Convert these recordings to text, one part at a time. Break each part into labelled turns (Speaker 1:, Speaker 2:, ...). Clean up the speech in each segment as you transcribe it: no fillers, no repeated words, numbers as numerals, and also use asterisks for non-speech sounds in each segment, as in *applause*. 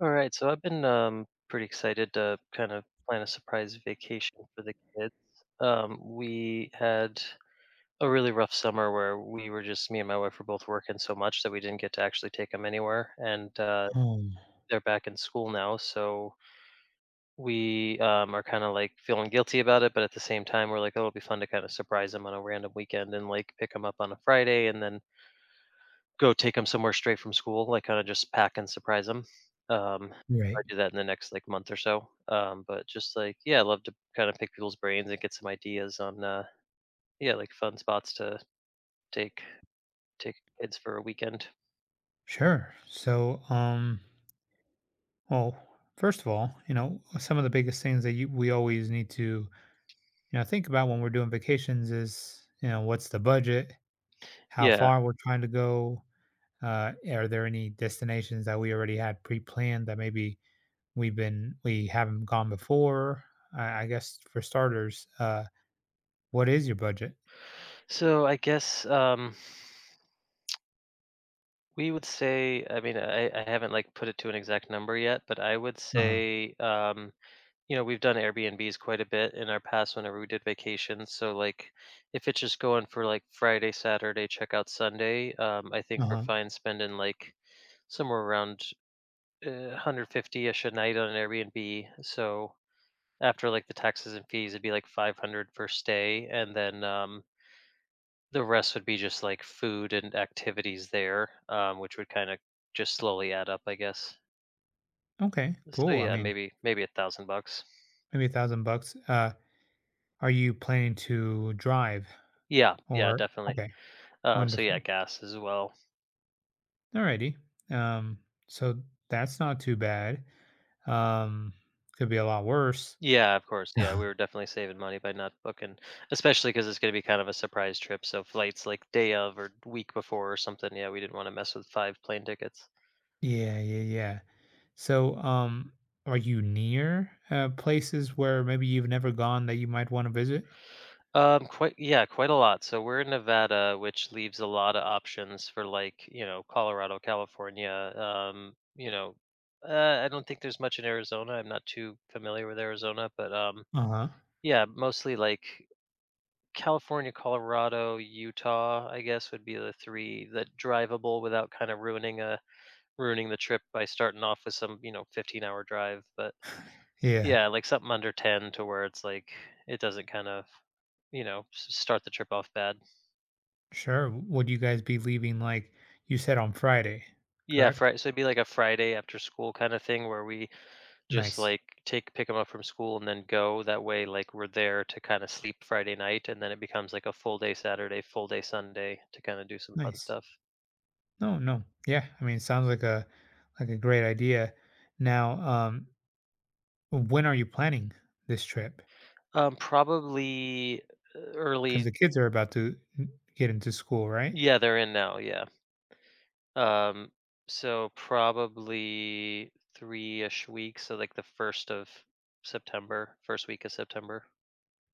Speaker 1: All right, so I've been pretty excited to kind of plan a surprise vacation for the kids. We had a really rough summer where we were just me and my wife were both working so much that we didn't get to actually take them anywhere, and
Speaker 2: Um,
Speaker 1: they're back in school now, so we are kind of like feeling guilty about it, but at the same time, we're like, oh, it'll be fun to kind of surprise them on a random weekend and like pick them up on a Friday, and then go take them somewhere straight from school, like, kinda just pack and surprise 'em. Um, I
Speaker 2: right.
Speaker 1: do that in the next, like, month or so, but just, like yeah, I love to kinda pick people's brains and get some ideas on, yeah, like, fun spots to take take kids for a weekend.
Speaker 2: Sure. Well, first of all, you know, some of the biggest things that we always need to think about when we're doing vacations is, you know, what's the budget, how
Speaker 1: Yeah.
Speaker 2: far we're trying to go. Are there any destinations that we already had pre-planned that maybe we haven't gone before? I guess for starters, what is your budget?
Speaker 1: So, I guess, we would say I mean, I haven't, like, put it to an exact number yet, but I would
Speaker 2: Uh-huh.
Speaker 1: say, you know, we've done Airbnbs quite a bit in our past whenever we did vacations. So like if it's just going for like Friday, Saturday, check out Sunday, I think we're
Speaker 2: Uh-huh.
Speaker 1: fine spending like somewhere around uh, 150-ish a night on an Airbnb. So after like the taxes and fees, it'd be like 500 for stay. And then the rest would be just like food and activities there, which would kind of just slowly add up, I guess.
Speaker 2: Okay,
Speaker 1: So
Speaker 2: cool. I
Speaker 1: yeah,
Speaker 2: mean,
Speaker 1: maybe $1,000.
Speaker 2: maybe 1,000 bucks. Are you planning to drive
Speaker 1: Yeah, yeah,
Speaker 2: or
Speaker 1: definitely.
Speaker 2: okay,
Speaker 1: So yeah,
Speaker 2: wonderful.
Speaker 1: gas as well.
Speaker 2: Alrighty. Um, so that's not too bad. Um, could be a lot worse.
Speaker 1: Yeah, of course.
Speaker 2: *laughs*
Speaker 1: Yeah, we were definitely saving money by not booking, especially because it's going to be kind of a surprise trip. So flights like day of or week before or something. Yeah, we didn't want to mess with five plane tickets.
Speaker 2: Yeah, yeah, yeah. So are you near places where maybe you've never gone that you might want to visit?
Speaker 1: Quite yeah, quite a lot. So we're in Nevada, which leaves a lot of options for like you know Colorado, California. Um, you know, I don't think there's much in Arizona. I'm not too familiar with Arizona, but
Speaker 2: Uh huh.
Speaker 1: yeah, mostly like California, Colorado, Utah, I guess would be the 3 that drivable without kinda ruining a ruining the trip by starting off with some, you know, 15-hour drive, but
Speaker 2: Yeah,
Speaker 1: yeah, like something under 10 to where it's like, it doesn't kind of, you know, s start the trip off bad.
Speaker 2: sure. Would you guys be leaving like you said on Friday,
Speaker 1: Yeah,
Speaker 2: correct?
Speaker 1: Friday. So it'd be like a Friday after school kinda thing where we just,
Speaker 2: Nice,
Speaker 1: like, take pick them up from school and then go, that way, like, we're there to kinda sleep Friday night, and then it becomes like a full day Saturday, full day Sunday to kinda do some fun
Speaker 2: nice.
Speaker 1: stuff.
Speaker 2: No, no. Yeah, I mean, it sounds like a great idea. Now, when are you planning this trip?
Speaker 1: Um, probably uh,
Speaker 2: Because
Speaker 1: early
Speaker 2: the kids are about to get into school, right?
Speaker 1: Yeah, they're in now, yeah. Um, so probably 3-ish weeks, so, like, the 1st of September, 1st week of September.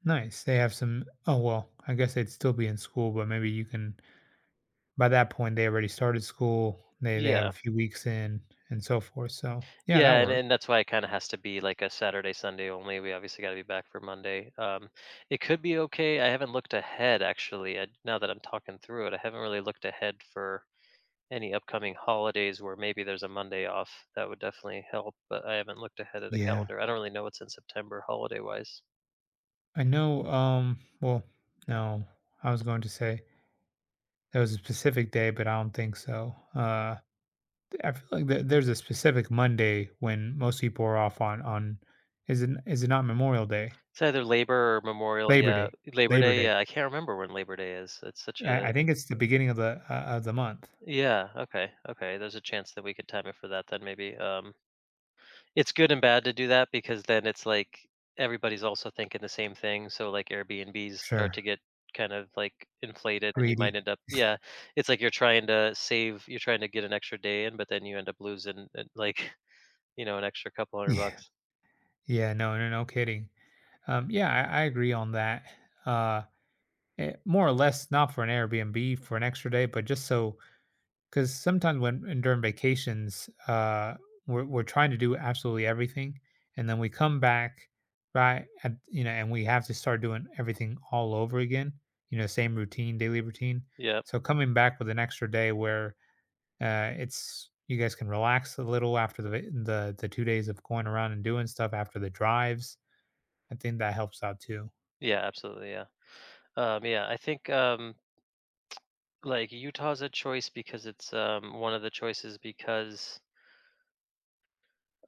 Speaker 2: Nice. They have some. Oh well, I guess they'd still be in school, but maybe you can by that point, they already started school. They have a
Speaker 1: Yeah.
Speaker 2: few weeks in and so forth. So yeah, that
Speaker 1: Yeah, and
Speaker 2: worked.
Speaker 1: that's why it kinda has to be, like, a Saturday, Sunday only, we obviously gotta be back for Monday. It could be okay, I haven't looked ahead, actually, I now that I'm talking through it, I haven't really looked ahead for any upcoming holidays where maybe there's a Monday off, that would definitely help, but I haven't looked ahead at a
Speaker 2: Yeah,
Speaker 1: calendar. I don't really know what's in September holiday-wise.
Speaker 2: I know. Well, no, I was going to say there was a specific day, but I don't think so. I feel like there there's a specific Monday when most people are off on on. Is it not Memorial Day?
Speaker 1: It's either Labor or Memorial,
Speaker 2: Labor
Speaker 1: yeah.
Speaker 2: Day.
Speaker 1: Labor
Speaker 2: Labor
Speaker 1: Day,
Speaker 2: Day.
Speaker 1: yeah, I can't remember when Labor Day is. It's such
Speaker 2: Yeah,
Speaker 1: a
Speaker 2: I
Speaker 1: it
Speaker 2: think it's the beginning of the month.
Speaker 1: yeah, okay, okay, there's a chance that we could time it for that then maybe. It's good and bad to do that because then it's like everybody's also thinking the same thing. So like Airbnbs start
Speaker 2: Sure.
Speaker 1: to get kind of like inflated and you might
Speaker 2: Greedy.
Speaker 1: end up yeah, it's like you're trying to save you're trying to get an extra day in, but then you end up losing like, *laughs* you know, an extra couple hundred
Speaker 2: Yeah.
Speaker 1: bucks.
Speaker 2: Yeah. No. No. No kidding. Yeah. I agree on that. Uh Eh, more or less, not for an Airbnb for an extra day, but just so because sometimes when and during vacations, we're trying to do absolutely everything, and then we come back right at you know, and we have to start doing everything all over again. You know, same routine, daily routine.
Speaker 1: Yeah.
Speaker 2: So coming back with an extra day where it's you guys can relax a little after the va- the 2 days of going around and doing stuff after the drives. I think that helps out too.
Speaker 1: Yeah, absolutely. Yeah. Yeah, I think like Utah's a choice because it's one of the choices because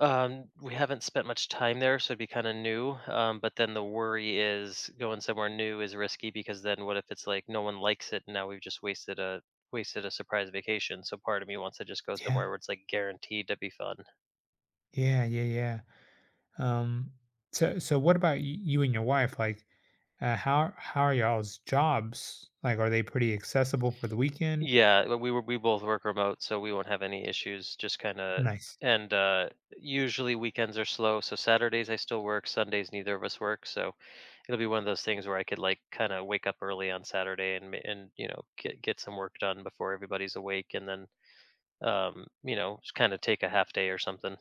Speaker 1: we haven't spent much time there, so it'd be kind of new. But then the worry is going somewhere new is risky because then what if it's like no one likes it and now we've just wasted a wasted a surprise vacation. So part of me wants to just go somewhere
Speaker 2: Yeah,
Speaker 1: where it's like guaranteed to be fun.
Speaker 2: yeah, yeah, yeah. Um, so so what about you and your wife? Like, how are y'all's jobs? Like, are they pretty accessible for the weekend?
Speaker 1: Yeah, but we were we both work remote, so we won't have any issues. Just kind of
Speaker 2: Nice,
Speaker 1: and usually weekends are slow, so Saturdays I still work, Sundays neither of us work, so it'll be one of those things where I could like kind of wake up early on Saturday and and you know get some work done before everybody's awake, and then you know just kind of take a half day or something.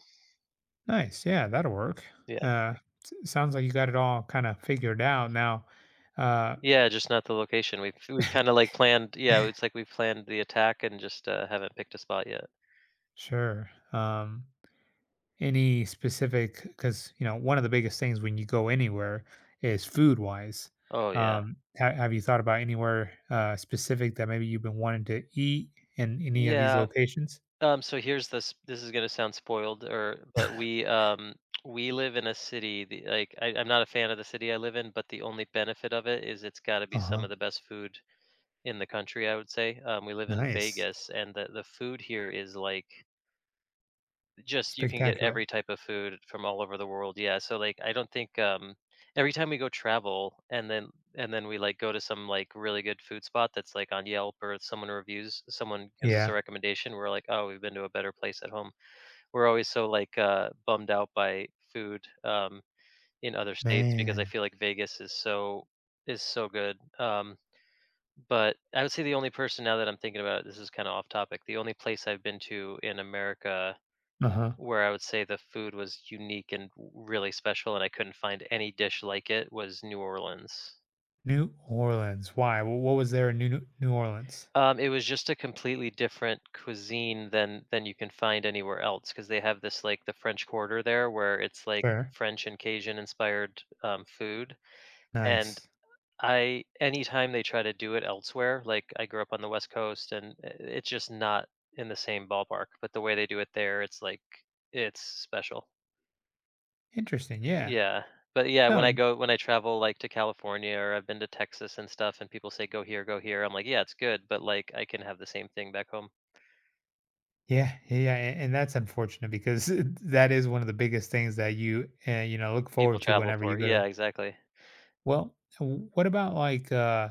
Speaker 2: nice. Yeah, that'll work.
Speaker 1: Yeah,
Speaker 2: Uh, sounds like you got it all kind of figured out now. Uh,
Speaker 1: yeah, just not the location. We've kind of like planned. Yeah, it's like we've planned the attack and just haven't picked a spot yet.
Speaker 2: sure. Any specific? Because you know, one of the biggest things when you go anywhere is food wise.
Speaker 1: Oh yeah,
Speaker 2: Have you thought about anywhere specific that maybe you've been wanting to eat in any of these
Speaker 1: yeah.
Speaker 2: locations?
Speaker 1: So here's this. This is gonna sound spoiled, or but we live in a city. I'm not a fan of the city I live in, but the only benefit of it is it's got to be
Speaker 2: Uh
Speaker 1: some
Speaker 2: huh.
Speaker 1: of the best food in the country, I would say. We live in
Speaker 2: Nice.
Speaker 1: Vegas, and the food here is like just you can get every
Speaker 2: Spectacular.
Speaker 1: type of food from all over the world. Yeah, so like I don't think every time we go travel, and then we like go to some like really good food spot that's like on Yelp or someone reviews, someone gives us a
Speaker 2: Yeah.
Speaker 1: recommendation. We're like, oh, we've been to a better place at home. We're always so like bummed out by food in other states because I
Speaker 2: Man.
Speaker 1: feel like Vegas is so good. But I would say the only person now that I'm thinking about it, this is kind of off topic. The only place I've been to in America
Speaker 2: Uh-huh.
Speaker 1: where I would say the food was unique and really special, and I couldn't find any dish like it, was New Orleans.
Speaker 2: New Orleans. Why? Wh what was there in New Orleans?
Speaker 1: It was just a completely different cuisine than you can find anywhere else because they have this like the French Quarter there, where it's like
Speaker 2: Sure.
Speaker 1: French and Cajun inspired food, and
Speaker 2: Nice.
Speaker 1: I anytime they try to do it elsewhere, like I grew up on the West Coast and it's just not in the same ballpark, but the way they do it there, it's like it's special.
Speaker 2: Interesting, yeah.
Speaker 1: Yeah. But yeah, when I
Speaker 2: No
Speaker 1: go when I travel like to California or I've been to Texas and stuff and people say go here, I'm like, yeah, it's good, but like I can have the same thing back home.
Speaker 2: yeah, yeah, yeah, a and that's unfortunate because *laughs* that is one of the biggest things that you you know, look
Speaker 1: People
Speaker 2: forward to
Speaker 1: travel
Speaker 2: whenever you
Speaker 1: for it.
Speaker 2: go
Speaker 1: Yeah,
Speaker 2: to
Speaker 1: exactly.
Speaker 2: well, what about, like,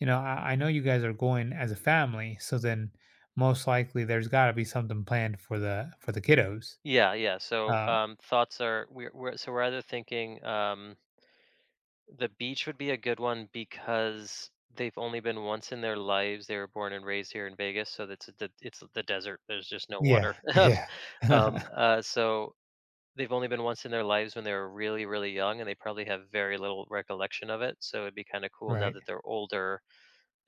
Speaker 2: you know, I know you guys are going as a family, so then most likely there's gotta be something planned for the kiddos.
Speaker 1: Yeah, yeah. So
Speaker 2: Uh
Speaker 1: thoughts are we're either thinking the beach would be a good one because they've only been once in their lives. They were born and raised here in Vegas, so that's the it's the desert. There's just no
Speaker 2: Yeah,
Speaker 1: water. *laughs*
Speaker 2: yeah.
Speaker 1: Um,
Speaker 2: *laughs*
Speaker 1: uh, so they've only been once in their lives when they were really, really young, and they probably have very little recollection of it. So it'd be kind of cool now
Speaker 2: Right.
Speaker 1: that they're older.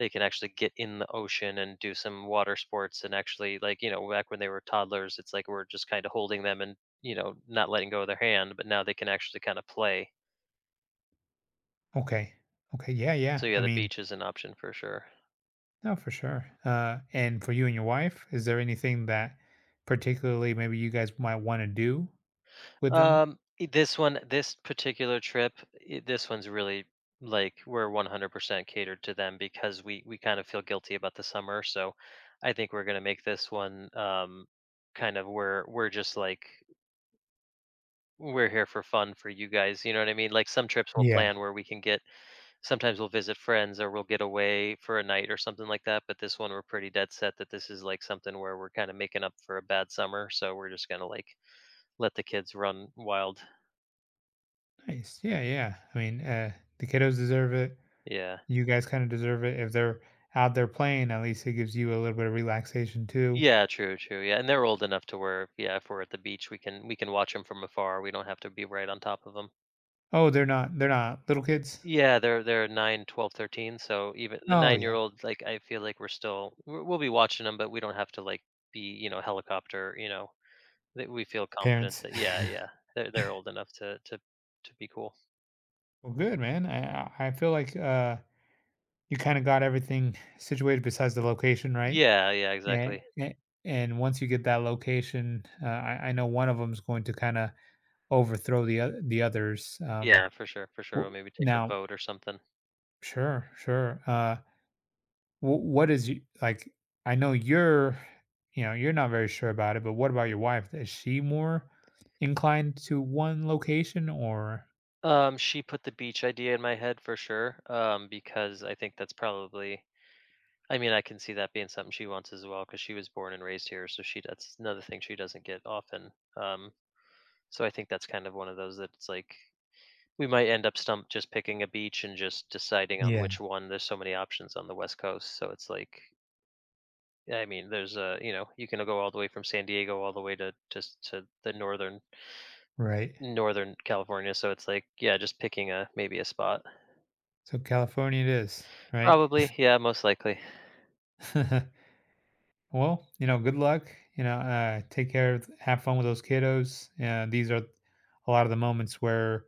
Speaker 1: They can actually get in the ocean and do some water sports, and actually, like you know, back when they were toddlers, it's like we're just kind of holding them and you know not letting go of their hand, but now they can actually kind of play.
Speaker 2: Okay. Okay. Yeah.
Speaker 1: So
Speaker 2: Yeah.
Speaker 1: yeah,
Speaker 2: I
Speaker 1: the
Speaker 2: mean,
Speaker 1: beach is an option for sure.
Speaker 2: no, for sure. And for you and your wife, is there anything that particularly maybe you guys might want to do within?
Speaker 1: This one, this particular trip, this one's really like we're 100% catered to them because we kind of feel guilty about the summer. So I think we're gonna make this one kind of where we're just like we're here for fun for you guys. You know what I mean? Like some trips we'll
Speaker 2: Yeah.
Speaker 1: plan where we can get sometimes we'll visit friends or we'll get away for a night or something like that. But this one we're pretty dead set that this is like something where we're kind of making up for a bad summer. So we're just gonna like let the kids run wild.
Speaker 2: Nice. Yeah. Yeah. I mean, the kiddos deserve it.
Speaker 1: Yeah.
Speaker 2: You guys kind of deserve it. If they're out there playing, at least it gives you a little bit of relaxation too.
Speaker 1: Yeah, true, true. Yeah, and they're old enough to where, yeah, if we're at the beach, we can watch them from afar. We don't have to be right on top of them.
Speaker 2: Oh, they're not. They're not little kids.
Speaker 1: Yeah, they're nine, 12, 13. So even the
Speaker 2: Oh yeah,
Speaker 1: 9-year-old like I feel like we're still we'll be watching them, but we don't have to like be, you know, helicopter, you know. That we feel confident
Speaker 2: parents.
Speaker 1: that yeah, yeah. They're old enough to to be cool.
Speaker 2: *laughs* well, good man. I feel like you kind of got everything situated besides the location, right?
Speaker 1: Yeah, yeah,
Speaker 2: And
Speaker 1: exactly.
Speaker 2: a and once you get that location, I know one of them is going to kinda overthrow the oth the others,
Speaker 1: Yeah, for sure, for sure.
Speaker 2: w
Speaker 1: Or maybe take a
Speaker 2: now
Speaker 1: vote or something.
Speaker 2: sure, sure, wh what is y like, I know you're you know, you're not very sure about it, but what about your wife? Is she more inclined to one location or
Speaker 1: She put the beach idea in my head for sure. Because I think that's probably I mean, I can see that being something she wants as well because she was born and raised here, so she that's another thing she doesn't get often. So I think that's kind of one of those that it's like we might end up stumped just picking a beach and just deciding on
Speaker 2: yeah,
Speaker 1: which one. There's so many options on the West Coast, so it's like I mean, there's a you know you can go all the way from San Diego all the way to just to the northern
Speaker 2: right.
Speaker 1: northern California. So it's like yeah, just picking a maybe a spot.
Speaker 2: So California it is, right?
Speaker 1: Probably yeah, most likely.
Speaker 2: *laughs* Well, you know, good luck. You know, take care. Have fun with those kiddos. These are a lot of the moments where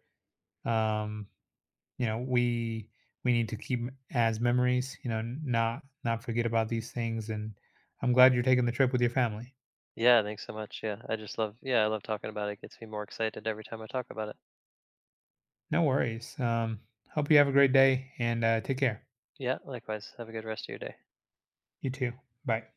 Speaker 2: um, you know we need to keep as memories. You know, not forget about these things. And I'm glad you're taking the trip with your family.
Speaker 1: Yeah, thanks so much. Yeah, I just love yeah I love talking about it. It gets me more excited every time I talk about it.
Speaker 2: No worries. Hope you have a great day and take care.
Speaker 1: Yeah, likewise. Have a good rest of your day.
Speaker 2: You too. Bye.